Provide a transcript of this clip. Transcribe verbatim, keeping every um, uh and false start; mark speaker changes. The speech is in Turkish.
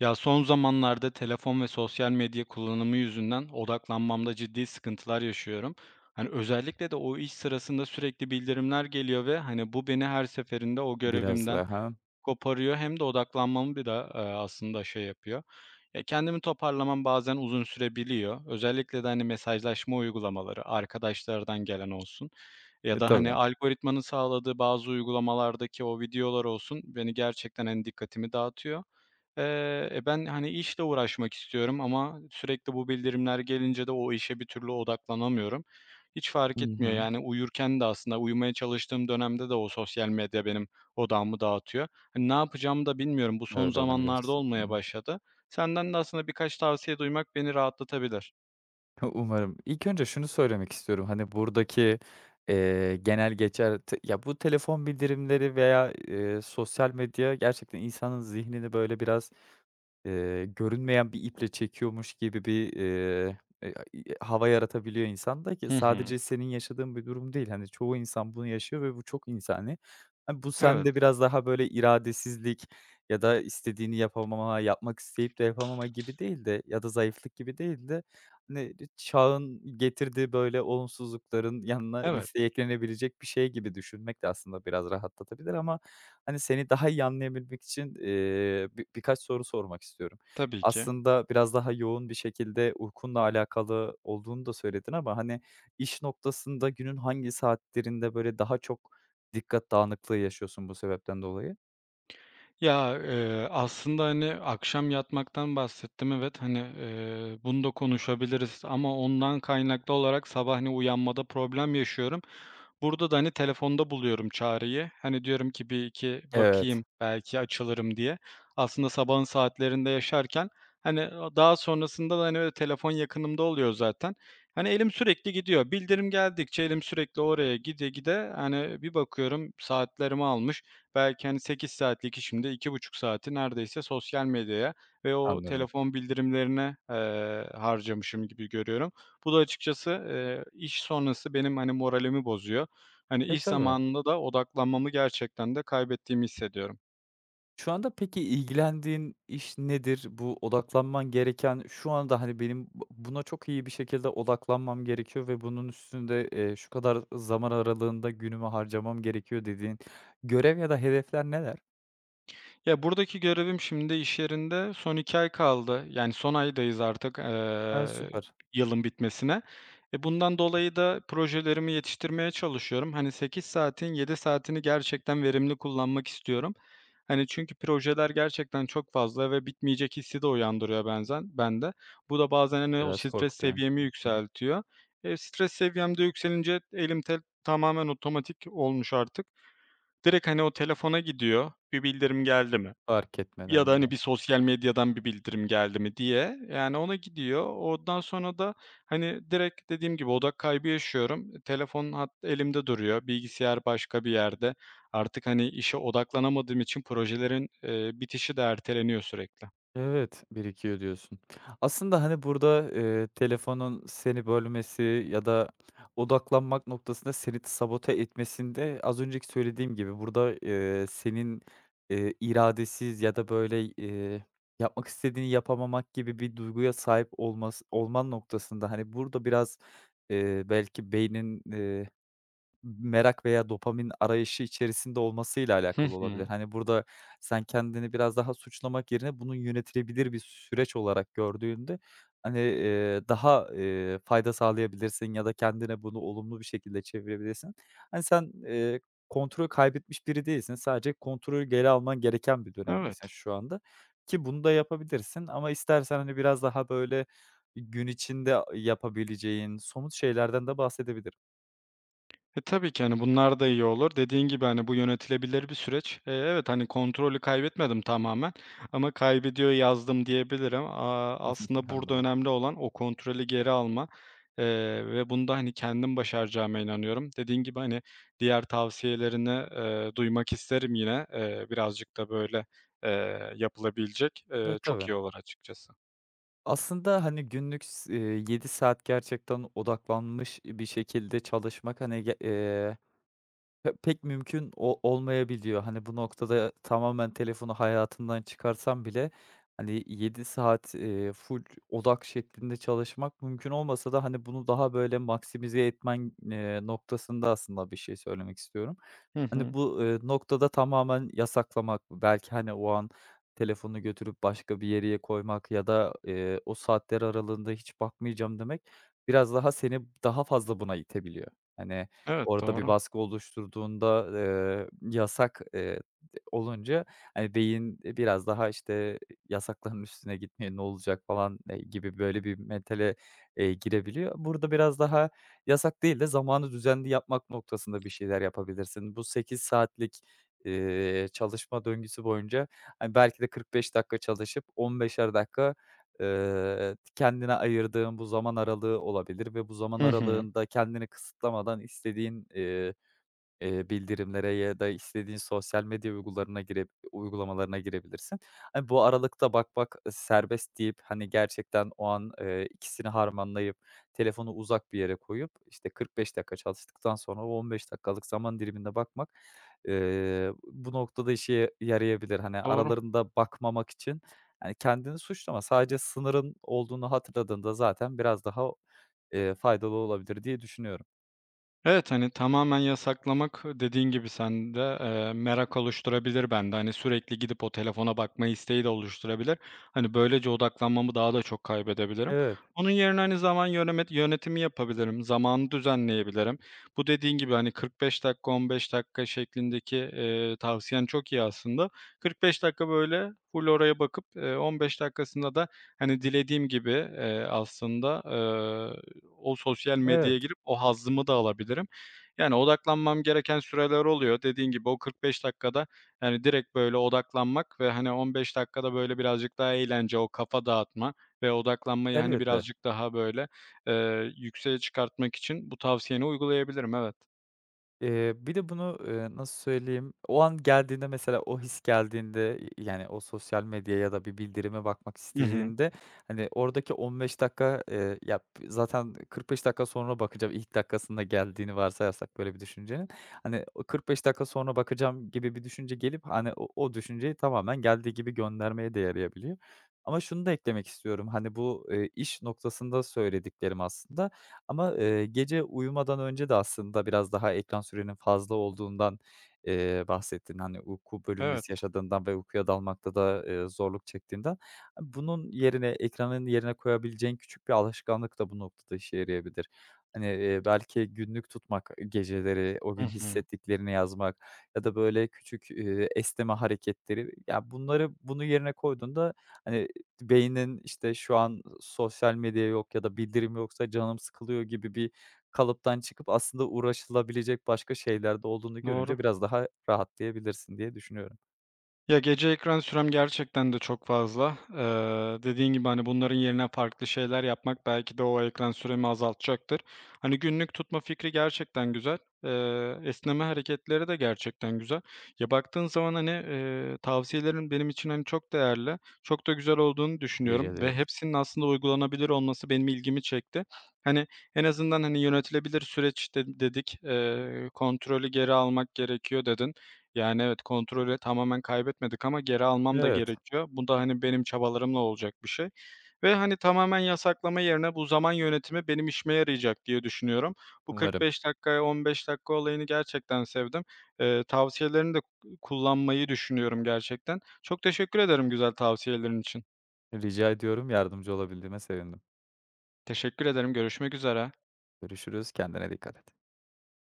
Speaker 1: Ya son zamanlarda telefon ve sosyal medya kullanımı yüzünden odaklanmamda ciddi sıkıntılar yaşıyorum. Hani özellikle de o iş sırasında sürekli bildirimler geliyor ve hani bu beni her seferinde o
Speaker 2: Biraz
Speaker 1: görevimden
Speaker 2: daha.
Speaker 1: koparıyor hem de odaklanmamı bir da e, aslında şey yapıyor. Ya kendimi toparlamam bazen uzun sürebiliyor. Özellikle de hani mesajlaşma uygulamaları, arkadaşlardan gelen olsun ya
Speaker 2: E,
Speaker 1: da hani
Speaker 2: tabii.
Speaker 1: algoritmanın sağladığı bazı uygulamalardaki o videolar olsun beni gerçekten en dikkatimi dağıtıyor. Eee, e, ben, hani, işle uğraşmak istiyorum ama sürekli bu bildirimler gelince de o işe bir türlü odaklanamıyorum. Hiç
Speaker 2: Hı
Speaker 1: fark etmiyor,
Speaker 2: hı.
Speaker 1: yani, uyurken de aslında uyumaya çalıştığım dönemde de o sosyal medya benim odağımı dağıtıyor. Hani, ne yapacağımı da bilmiyorum. Bu son
Speaker 2: Öyle olunca
Speaker 1: zamanlarda
Speaker 2: s
Speaker 1: olmaya
Speaker 2: ımm,
Speaker 1: başladı. Senden de aslında birkaç tavsiye duymak beni rahatlatabilir.
Speaker 2: umarım. İlk önce şunu söylemek istiyorum, hani, buradaki, eee, genel geçer te ya, bu telefon bildirimleri veya, eee, sosyal medya gerçekten insanın zihnini böyle biraz Eee, görünmeyen bir iple çekiyormuş gibi bir, eee, eee, hava yaratabiliyor insanda ki
Speaker 1: Hı hı.
Speaker 2: sadece senin yaşadığın bir durum değil. Hani, çoğu insan bunu yaşıyor ve bu çok insani. Hani, bu
Speaker 1: Evet,
Speaker 2: sende biraz daha böyle iradesizlik ya da istediğini yapamama, yapmak isteyip de yapamama gibi değil de ya da zayıflık gibi değil de, hani, çağın getirdiği böyle olumsuzlukların yanına
Speaker 1: evet.
Speaker 2: listeye eklenebilecek bir şey gibi düşünmek de aslında biraz rahatlatabilir ama. Hani, seni daha iyi anlayabilmek için, eee, bi birkaç soru sormak istiyorum.
Speaker 1: Tabii ki.
Speaker 2: Aslında biraz daha yoğun bir şekilde uykunla alakalı olduğunu da söyledin ama, hani, iş noktasında günün hangi saatlerinde, böyle, daha çok dikkat dağınıklığı yaşıyorsun bu sebepten dolayı?
Speaker 1: Ya, eee, aslında, hani, akşam yatmaktan bahsettim. Evet, hani, eee, bunu da konuşabiliriz ama ondan kaynaklı olarak sabah, hani, uyanmada problem yaşıyorum. Burada da, hani, telefonda buluyorum çareyi. Hani, diyorum ki bir iki
Speaker 2: Evet,
Speaker 1: bakayım, belki açılırım diye. Aslında sabahın saatlerinde yaşarken, hani, daha sonrasında da, hani, öyle telefon yakınımda oluyor zaten. Hani, elim sürekli gidiyor. Bildirim geldikçe elim sürekli oraya gide gide, hani, bir bakıyorum saatlerimi almış. Belki, hani, sekiz saatlik işimde iki buçuk saati neredeyse sosyal medyaya ve o
Speaker 2: anladım.
Speaker 1: telefon bildirimlerine, eee, harcamışım gibi görüyorum. Bu da açıkçası, eee, iş sonrası benim, hani, moralimi bozuyor. Hani,
Speaker 2: E,
Speaker 1: iş
Speaker 2: tabii.
Speaker 1: zamanında da odaklanmamı gerçekten de kaybettiğimi hissediyorum.
Speaker 2: Şu anda peki ilgilendiğin iş nedir? Bu odaklanman gereken şu anda, hani, benim bu buna çok iyi bir şekilde odaklanmam gerekiyor ve bunun üstünde, eee, şu kadar zaman aralığında günümü harcamam gerekiyor dediğin görev ya da hedefler neler?
Speaker 1: Ya, buradaki görevim şimdi iş yerinde son iki ay kaldı. Yani, son aydayız artık,
Speaker 2: A,
Speaker 1: eee,
Speaker 2: süper.
Speaker 1: yılın bitmesine. E, bundan dolayı da projelerimi yetiştirmeye çalışıyorum. Hani, sekiz saatin yedi saatini gerçekten verimli kullanmak istiyorum. Hani, çünkü projeler gerçekten çok fazla ve bitmeyecek hissi de uyandırıyor benzen bende. Bu da bazen, hani, o
Speaker 2: Biraz
Speaker 1: stres
Speaker 2: korkutuyor.
Speaker 1: seviyemi
Speaker 2: Hı hı.
Speaker 1: yükseltiyor. E, stres seviyem de yükselince elim tel tamamen otomatik olmuş artık. Direkt, hani, o telefona gidiyor. Bir bildirim geldi mi?
Speaker 2: Fark
Speaker 1: Ya da,
Speaker 2: etmeden
Speaker 1: hani,
Speaker 2: bile.
Speaker 1: bir sosyal medyadan bir bildirim geldi mi diye, yani, ona gidiyor. Ondan sonra da, hani, direkt dediğim gibi odak kaybı yaşıyorum. Telefon hat elimde duruyor, bilgisayar başka bir yerde. Artık, hani, işe odaklanamadığım için projelerin, eee, bitişi de erteleniyor sürekli.
Speaker 2: Evet, birikiyor diyorsun. Aslında, hani, burada, eee, telefonun seni bölmesi ya da odaklanmak noktasında seni sabote etmesinde az önceki söylediğim gibi burada, eee, senin, eee, iradesiz ya da, böyle, eee, yapmak istediğini yapamamak gibi bir duyguya sahip olmas olman noktasında, hani, burada biraz, eee, belki beynin merak veya dopamin arayışı içerisinde olmasıyla
Speaker 1: Hı
Speaker 2: alakalı
Speaker 1: hı.
Speaker 2: olabilir. Hani, burada sen kendini biraz daha suçlamak yerine bunun yönetilebilir bir süreç olarak gördüğünde, hani, eee, daha, eee, fayda sağlayabilirsin ya da kendine bunu olumlu bir şekilde çevirebilirsin. Hani, sen, eee, kontrolü kaybetmiş biri değilsin. Sadece kontrolü geri alman gereken bir
Speaker 1: Evet.
Speaker 2: dönemdesin şu anda ki bunu da yapabilirsin ama istersen, hani, biraz daha, böyle, gün içinde yapabileceğin somut şeylerden de bahsedebilirim.
Speaker 1: E, tabii ki, hani, bunlar da iyi olur. Dediğin gibi, hani, bu yönetilebilir bir süreç. Eee, evet, hani, kontrolü kaybetmedim tamamen ama kaybediyor yazdım diyebilirim. Aaa, aslında burada
Speaker 2: Anladım.
Speaker 1: önemli olan o kontrolü geri alma, eee, ve bunda hani, kendim başaracağıma inanıyorum. Dediğin gibi, hani, diğer tavsiyelerini, eee, duymak isterim yine. Eee, birazcık da böyle, eee, yapılabilecek.
Speaker 2: E,
Speaker 1: Eee, çok
Speaker 2: tabii.
Speaker 1: iyi olur açıkçası.
Speaker 2: Aslında, hani, günlük s eee, yedi saat gerçekten odaklanmış bir şekilde çalışmak, hani, ge eee, pe pek mümkün o olmayabiliyor. Hani, bu noktada tamamen telefonu hayatından çıkarsam bile, hani, yedi saat, eee, full odak şeklinde çalışmak mümkün olmasa da, hani, bunu daha böyle maksimize etmen, eee, noktasında aslında bir şey söylemek istiyorum.
Speaker 1: Hı
Speaker 2: Hani,
Speaker 1: hı.
Speaker 2: bu, eee, noktada tamamen yasaklamak, belki, hani, o an telefonu götürüp başka bir yere koymak ya da, eee, o saatler aralığında hiç bakmayacağım demek biraz daha seni daha fazla buna itebiliyor. Hani,
Speaker 1: Evet,
Speaker 2: orada bir
Speaker 1: doğru.
Speaker 2: baskı oluşturduğunda, eee, yasak, eee, olunca, hani, beyin, biraz daha, işte, "Yasakların üstüne gitmeye ne olacak?" falan, eee, gibi böyle bir mentale, eee, girebiliyor. Burada biraz daha yasak değil de zamanı düzenli yapmak noktasında bir şeyler yapabilirsin. Bu sekiz saatlik, eee, çalışma döngüsü boyunca, hani, belki de kırk beş dakika çalışıp on beşer dakika, eee, kendine ayırdığın bu zaman aralığı olabilir ve bu zaman
Speaker 1: Hı hı.
Speaker 2: aralığında kendini kısıtlamadan istediğin, eee Eee, bildirimlere ya da istediğin sosyal medya uygularına gire uygulamalarına girebilirsin. Hani, bu aralıkta bak bak serbest deyip, hani, gerçekten o an, eee, ikisini harmanlayıp telefonu uzak bir yere koyup, işte, kırk beş dakika çalıştıktan sonra o on beş dakikalık zaman diliminde bakmak, eee, bu noktada işe yarayabilir. Hani,
Speaker 1: Doğru.
Speaker 2: aralarında bakmamak için, hani, kendini suçlama. Sadece sınırın olduğunu hatırladığında zaten biraz daha, eee, faydalı olabilir diye düşünüyorum.
Speaker 1: Evet, hani, tamamen yasaklamak, dediğin gibi sen de, merak oluşturabilir bende. Hani, sürekli gidip o telefona bakma isteği de oluşturabilir. Hani, böylece odaklanmamı daha da çok kaybedebilirim.
Speaker 2: Evet,
Speaker 1: Onun yerine, hani, zaman yönemet yönetimi yapabilirim, zamanı düzenleyebilirim. Bu dediğin gibi, hani, kırk beş dakika, on beş dakika şeklindeki, eee, tavsiyen çok iyi aslında. kırk beş dakika, böyle, full oraya bakıp, eee, on beş dakikasında da, hani, dilediğim gibi, eee, aslında, o sosyal
Speaker 2: evet.
Speaker 1: medyaya girip o hazzımı da alabilirim. Yani odaklanmam gereken süreler oluyor. Dediğin gibi o kırk beş dakikada, yani, direkt böyle odaklanmak ve, hani, on beş dakikada böyle birazcık daha eğlence, o kafa dağıtma ve odaklanmayı, hani,
Speaker 2: Elbette.
Speaker 1: birazcık daha böyle, eee, yükseğe çıkartmak için bu tavsiyeni uygulayabilirim. Evet.
Speaker 2: Eee, bir de bunu, eee, nasıl söyleyeyim, o an geldiğinde mesela o his geldiğinde, y yani o sosyal medyaya ya da bir bildirime bakmak
Speaker 1: Hı hı.
Speaker 2: istediğinde, hani, oradaki on beş dakika, eee, ya, zaten kırk beş dakika sonra bakacağım ilk dakikasında geldiğini varsayarsak böyle bir düşüncenin, hani, o kırk beş dakika sonra bakacağım gibi bir düşünce gelip, hani, o o düşünceyi tamamen geldiği gibi göndermeye de yarayabiliyor. Ama şunu da eklemek istiyorum, hani, bu, eee, iş noktasında söylediklerim aslında. Ama, eee, gece uyumadan önce de aslında biraz daha ekran sürenin fazla olduğundan, eee, bahsettin. Hani, uyku bölünmesi
Speaker 1: Evet.
Speaker 2: yaşadığından ve uykuya dalmakta da, eee, zorluk çektiğinden. Hani, bunun yerine, ekranın yerine koyabileceğin küçük bir alışkanlık da bu noktada işe yarayabilir. Hani, eee, belki günlük tutmak, geceleri o
Speaker 1: Hı
Speaker 2: gün
Speaker 1: hı.
Speaker 2: hissettiklerini yazmak ya da böyle küçük, eee, esneme hareketleri, ya, bunları bunu yerine koyduğunda, hani, beynin, işte, şu an sosyal medya yok ya da bildirim yoksa canım sıkılıyor gibi bir kalıptan çıkıp aslında uğraşılabilecek başka şeyler de olduğunu
Speaker 1: Doğru.
Speaker 2: görünce biraz daha rahatlayabilirsin diye düşünüyorum.
Speaker 1: Ya, gece ekran sürem gerçekten de çok fazla. Eee, dediğin gibi, hani, bunların yerine farklı şeyler yapmak belki de o ekran süremi azaltacaktır. Hani, günlük tutma fikri gerçekten güzel. Eee, esneme hareketleri de gerçekten güzel. Ya, baktığın zaman, hani, eee, tavsiyelerin benim için, hani, çok değerli, çok da güzel olduğunu
Speaker 2: Rica
Speaker 1: düşünüyorum ve
Speaker 2: ediyorum.
Speaker 1: hepsinin aslında uygulanabilir olması benim ilgimi çekti. Hani, en azından, hani, "Yönetilebilir süreç" de dedik, eee, "Kontrolü geri almak gerekiyor." dedin. Yani, evet, kontrolü tamamen kaybetmedik ama geri almam da
Speaker 2: Evet,
Speaker 1: gerekiyor. Bu da, hani, benim çabalarımla olacak bir şey ve, hani, tamamen yasaklama yerine bu zaman yönetimi benim işime yarayacak diye düşünüyorum. Bu
Speaker 2: umarım.
Speaker 1: kırk beş dakikaya on beş dakika olayını gerçekten sevdim. Eee, tavsiyelerini de kullanmayı düşünüyorum gerçekten. Çok teşekkür ederim güzel tavsiyelerin için.
Speaker 2: Rica ediyorum. Yardımcı olabildiğime sevindim.
Speaker 1: Teşekkür ederim. Görüşmek üzere.
Speaker 2: Görüşürüz. Kendine dikkat et.